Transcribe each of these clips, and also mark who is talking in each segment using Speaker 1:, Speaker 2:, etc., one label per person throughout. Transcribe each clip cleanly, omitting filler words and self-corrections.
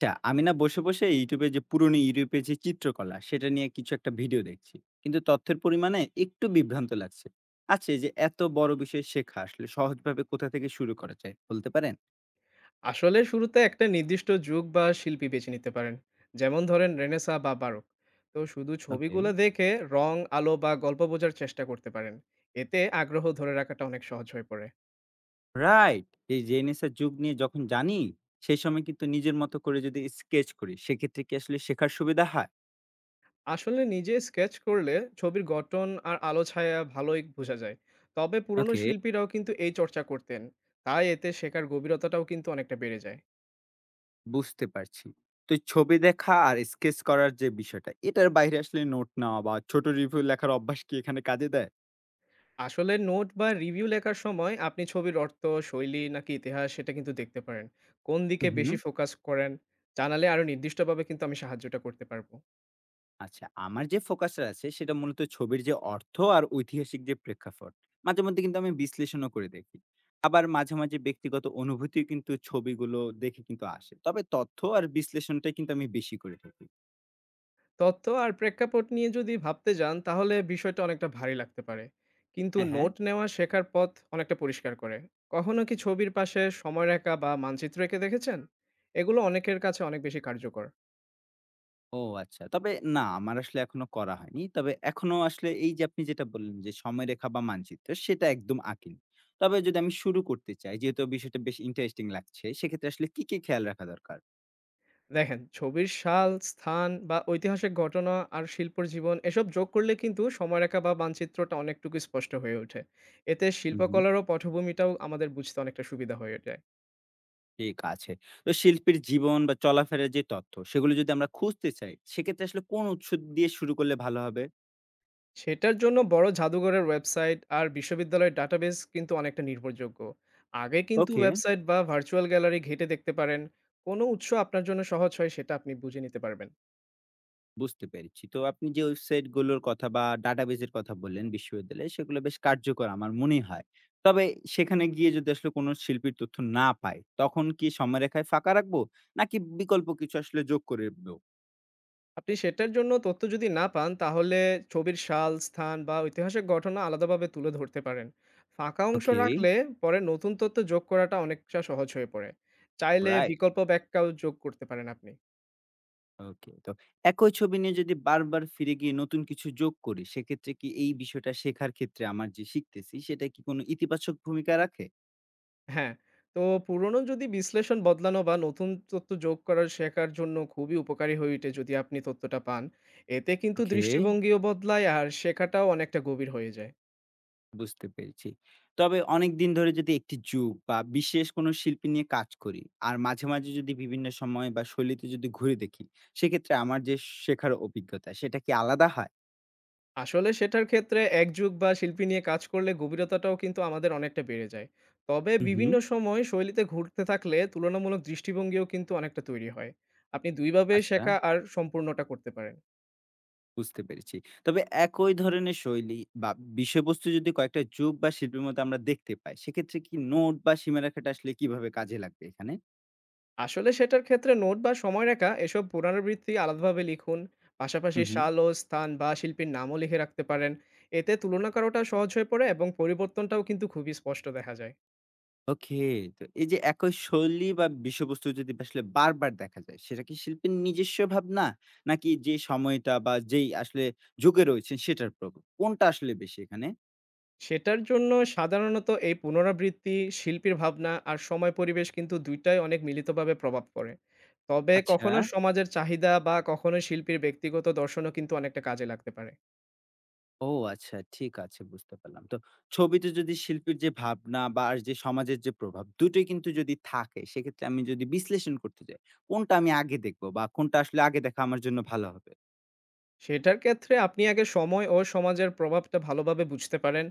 Speaker 1: আচ্ছা, আমি বসে YouTube এ যে পুরনো ইউরোপের যে চিত্রকলা, সেটা নিয়ে কিছু একটা ভিডিও দেখছি। কিন্তু তথ্যের পরিমাণে একটু বিভ্রান্ত লাগছে। আচ্ছা, এই যে এত বড় বিষয় শেখা আসলে সহজভাবে কোথা থেকে শুরু করা যায় বলতে পারেন?
Speaker 2: আসলে শুরুতে একটা নির্দিষ্ট যুগ বা শিল্পী বেছে নিতে পারেন। যেমন ধরেন রেনেসা বা বারোক, তো শুধু
Speaker 1: ওকে।
Speaker 2: ছবিগুলো দেখে রং আলো বা গল্প বোঝার চেষ্টা করতে পারেন। এতে আগ্রহ ধরে রাখাটা অনেক সহজ হয়ে পড়ে।
Speaker 1: রাইট। এই রেনেসাঁ যুগ নিয়ে যখন জানি, সেই সময় কিন্তু নিজের মতো করে যদি স্কেচ করি, সেক্ষেত্রে কি আসলে শেখার সুবিধা হয়?
Speaker 2: আসলে নিজে স্কেচ করলে ছবির গঠন আর আলো ছায়া ভালোই বোঝা যায়। তবে পুরনো
Speaker 1: ওকে।
Speaker 2: শিল্পীরাও কিন্তু এই চর্চা করতেন। তাই এতে শেখার গভীরতাটাও কিন্তু অনেকটা বেড়ে যায়।
Speaker 1: বুঝতে পারছি। তো এই ছবি দেখা আর স্কেচ করার যে বিষয়টা, এটার বাইরে আসলে নোট নেওয়া বা ছোট রিভিউ লেখার অভ্যাস কি এখানে কাজে দেয়?
Speaker 2: আসলে নোট বা রিভিউ লেখার সময় আপনি ছবির অর্থ, শৈলী নাকি ইতিহাস সেটা কিন্তু দেখতে পারেন। কোন দিকে বেশি
Speaker 1: হুম।
Speaker 2: ফোকাস করেন জানালে আরো নির্দিষ্টভাবে কিন্তু আমি সাহায্যটা করতে পারবো।
Speaker 1: আচ্ছা, আমার যে ফোকাসটা আছে সেটা মূলত ছবির যে অর্থ আর ঐতিহাসিক যে প্রেক্ষাপট, মাঝে মধ্যে কিন্তু আমি বিশ্লেষণও করে দেখি। আবার মাঝে মাঝে ব্যক্তিগত অনুভূতিও কিন্তু ছবিগুলো দেখে কিন্তু আসে। তবে তথ্য আর বিশ্লেষণটাই কিন্তু আমি বেশি করে থাকি।
Speaker 2: তথ্য আর প্রেক্ষাপট নিয়ে যদি ভাবতে যান তাহলে বিষয়টা অনেকটা ভারী লাগতে পারে। কিন্তু
Speaker 1: হ্যাঁ, হ্যাঁ।
Speaker 2: নোট নেওয়া শেখার পথ অনেকটা পরিষ্কার করে। কখনো কি ছবির পাশে সময়রেখা বা মানচিত্র এঁকে দেখেছেন? এগুলো অনেকের কাছে অনেক বেশি কার্যকর।
Speaker 1: ও আচ্ছা। তবে না আমার আসলে এখনো করা হয়নি। তবে এখনো আসলে এই যে আপনি যেটা বললেন যে সময়রেখা বা মানচিত্র সেটা একদম আঁকিনি। তবে যদি আমি শুরু করতে চাই যেহেতু বিষয়টা বেশ ইন্টারেস্টিং লাগছে, সেক্ষেত্রে আসলে কি খেয়াল রাখা দরকার?
Speaker 2: দেখেন ছবির সাল, স্থান বা ঐতিহাসিক ঘটনা আর শিল্পর জীবন এসব যোগ করলে কিন্তু সময়রেখা বা মানচিত্রটা অনেকটুকু স্পষ্ট হয়ে ওঠে। এতে
Speaker 1: হু, হু।
Speaker 2: শিল্পকলারও পটভূমিটাও আমাদের বুঝতে অনেকটা সুবিধা হয়ে যায়।
Speaker 1: ঠিক আছে। তো শিল্পীর জীবন বা চলাফেরার যে তথ্য, সেগুলো যদি আমরা খুঁজতে চাই, সেক্ষেত্রে আসলে কোন উৎস দিয়ে শুরু করলে ভালো হবে?
Speaker 2: সেটার জন্য বড় জাদুঘরের ওয়েবসাইট আর বিশ্ববিদ্যালয়ের ডাটাবেস কিন্তু অনেকটা নির্ভরযোগ্য। আগে কিন্তু
Speaker 1: ওকে।
Speaker 2: ওয়েবসাইট বা ভার্চুয়াল গ্যালারি ঘেঁটে দেখতে পারেন। কোন উৎস আপনার জন্য সহজ হয় সেটা আপনি বুঝে নিতে পারবেন।
Speaker 1: বুঝতে পেরেছি। তো আপনি যে ওয়েবসাইটগুলোর কথা বা ডাটাবেজের কথা বললেন বিশ্ববিদ্যালয়ে, সেগুলো বেশ কার্যকর আমার মনেই হয়। তবে সেখানে গিয়ে যদি আসলে কোন শিল্পীর তথ্য না পাই, তখন কি সময়রেখায় ফাঁকা রাখবো? নাকি বিকল্প কিছু আসলে যোগ করে দেব?
Speaker 2: আপনি সেটার জন্য তথ্য যদি না পান তাহলে ছবির সাল, স্থান বা ঐতিহাসিক ঘটনা আলাদাভাবে তুলে ধরতে পারেন। ফাঁকা অংশ
Speaker 1: ওকে।
Speaker 2: রাখলে পরে নতুন তথ্য যোগ করাটা অনেকটা সহজ হয়ে পড়ে। চাইলে
Speaker 1: রাইট।
Speaker 2: বিকল্প ব্যাখ্যাও যোগ করতে পারেন আপনি।
Speaker 1: ওকে। তো একই ছবি নিয়ে যদি বারবার ফিরে গিয়ে নতুন কিছু যোগ করি, সেক্ষেত্রে কি এই বিষয়টা শেখার ক্ষেত্রে আমার যে শিখতেছি, সেটা কি কোনো ইতিবাচক ভূমিকা রাখে?
Speaker 2: হ্যাঁ, তো পুরনো যদি বিশ্লেষণ বদলানো বা নতুন তথ্য যোগ করার শেখার জন্য খুবই উপকারী হয়ে ওঠে যদি আপনি তথ্যটা পান। এতে কিন্তু
Speaker 1: ওকে।
Speaker 2: দৃষ্টিভঙ্গিও বদলায় আর শেখাটাও অনেকটা গভীর হয়ে যায়।
Speaker 1: বুঝতে পেরেছি। তবে অনেকদিন ধরে যদি একটি যুগ বা বিশেষ কোনো শিল্পী নিয়ে কাজ করি, আর মাঝে মাঝে যদি বিভিন্ন সময় বা শৈলীতে যদি ঘুরে দেখি, সেক্ষেত্রে আমার যে শেখার অভিজ্ঞতা, সেটা কি আলাদা হয়?
Speaker 2: আসলে সেটার ক্ষেত্রে এক যুগ বা শিল্পী নিয়ে কাজ করলে গভীরতাটাও কিন্তু আমাদের অনেকটা বেড়ে যায়। তবে
Speaker 1: হুম, হুম।
Speaker 2: বিভিন্ন সময় শৈলীতে ঘুরতে থাকলে তুলনামূলক দৃষ্টিভঙ্গিও কিন্তু অনেকটা তৈরি হয়। আপনি ২ ভাবেই
Speaker 1: আচ্ছা।
Speaker 2: শেখা আর সম্পূর্ণটা করতে পারেন।
Speaker 1: বুঝতে পেরেছি। তবে একই ধরনের শৈলী বা বিষয়বস্তু যদি কয়েকটা যুগ বা শিল্পের মধ্যে আমরা দেখতে পাই, সেক্ষেত্রে কি নোট বা সীমারেখাটা আসলে কিভাবে কাজে লাগবে এখানে?
Speaker 2: আসলে সেটার ক্ষেত্রে নোট বা সময়রেখা এসব পুনরাবৃত্তি আলাদাভাবে লিখুন।
Speaker 1: হু,
Speaker 2: পাশাপাশি
Speaker 1: হু।
Speaker 2: সাল ও স্থান বা শিল্পীর নামও লিখে রাখতে পারেন। এতে তুলনা করাটা সহজ হয়ে পড়ে এবং পরিবর্তনটাও কিন্তু খুবই স্পষ্ট দেখা যায়।
Speaker 1: ওকে। তো এই যে একই শৈলী বা বিষয়বস্তু যদি আসলে বারবার দেখা যায়, সেটা কি শিল্পীর নিজস্ব ভাবনা? নাকি যে সময়টা বা যেই আসলে যুগে রয়েছেন সেটার প্রভাব? কোনটা আসলে বেশি এখানে?
Speaker 2: সেটার জন্য সাধারণত এই পুনরাবৃত্তি, শিল্পীর ভাবনা আর সময় পরিবেশ কিন্তু ২ টাই অনেক মিলিতভাবে প্রভাব পড়ে। তবে
Speaker 1: আচ্ছা।
Speaker 2: কখনো সমাজের চাহিদা বা কখনো শিল্পীর ব্যক্তিগত দর্শনও কিন্তু অনেকটা কাজে লাগতে পারে।
Speaker 1: ও আচ্ছা, ঠিক আছে বুঝতে পারলাম। তো ছবিতে যদি শিল্পীর যে ভাবনা বা আর যে সমাজের যে প্রভাব, দুটোই কিন্তু যদি থাকে, সেক্ষেত্রে আমি যদি বিশ্লেষণ করতে যাই, কোনটা আমি আগে দেখব বা কোনটা আসলে আগে দেখা আমার জন্য ভালো হবে?
Speaker 2: সেটার ক্ষেত্রে আপনি আগে সময় ও সমাজের প্রভাবটা ভালোভাবে বুঝতে পারেন।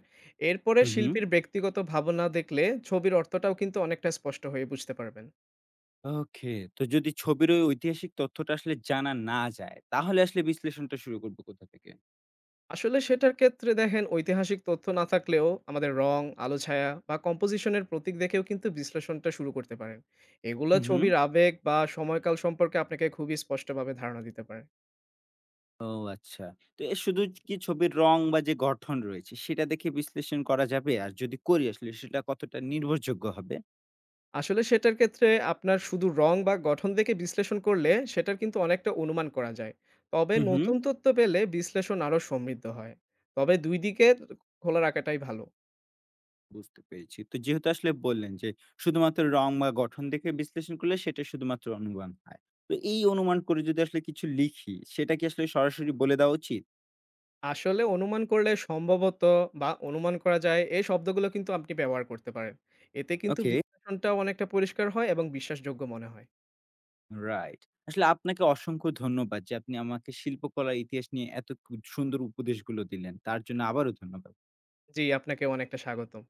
Speaker 2: এরপরে
Speaker 1: হু, হু।
Speaker 2: শিল্পীর ব্যক্তিগত ভাবনা দেখলে ছবির অর্থটাও কিন্তু অনেকটা স্পষ্ট হয়ে বুঝতে পারবেন।
Speaker 1: ওকে। তো যদি ছবির ওই ঐতিহাসিক তথ্যটা আসলে জানা না যায়, তাহলে আসলে বিশ্লেষণটা শুরু করব কোথা থেকে?
Speaker 2: আসলে সেটার ক্ষেত্রে দেখেন ঐতিহাসিক তথ্য না থাকলেও আমাদের রং, আলো ছায়া বা কম্পোজিশনের প্রতীক দেখেও কিন্তু বিশ্লেষণটা শুরু করতে পারেন। এগুলো
Speaker 1: হু, হু।
Speaker 2: ছবির আবেগ বা সময়কাল সম্পর্কে আপনাকে খুবই স্পষ্টভাবে ধারণা দিতে পারে।
Speaker 1: ও আচ্ছা। তো এ শুধু কি ছবির রং বা যে গঠন রয়েছে, সেটা দেখে বিশ্লেষণ করা যাবে? আর যদি করি আসলে সেটা কতটা নির্ভরযোগ্য হবে?
Speaker 2: আসলে সেটার ক্ষেত্রে আপনার শুধু রং বা গঠন দেখে বিশ্লেষণ করলে সেটার কিন্তু অনেকটা অনুমান করা যায়। তবে
Speaker 1: হু, হু।
Speaker 2: নতুন তথ্য পেলে বিশ্লেষণ আরো সমৃদ্ধ হয়। তবে ২ দিকে খোলা রাখাটাই ভালো।
Speaker 1: বুঝতে পেরেছি। তো যেহেতু আসলে বললেন যে শুধুমাত্র রং বা গঠন দেখে বিশ্লেষণ করলে সেটা শুধুমাত্র অনুমান হয়। তো এই অনুমান করে যদি আসলে কিছু লিখি সেটা কি আসলে সরাসরি বলে দেওয়া উচিত?
Speaker 2: আসলে অনুমান করলে সম্ভবত বা অনুমান করা যায় এই শব্দগুলো কিন্তু আপনি ব্যবহার করতে পারেন। এতে কিন্তু
Speaker 1: ওকে,
Speaker 2: বিশ্লেষণটাও অনেকটা পরিষ্কার হয় এবং বিশ্বাসযোগ্য মনে হয়।
Speaker 1: রাইট। আসলে আপনাকে অসংখ্য ধন্যবাদ যে আপনি আমাকে শিল্পকলার ইতিহাস নিয়ে এত কু সুন্দর উপদেশগুলো দিলেন। তার জন্য আবারও ধন্যবাদ।
Speaker 2: জি, আপনাকেও অনেকটা স্বাগতম।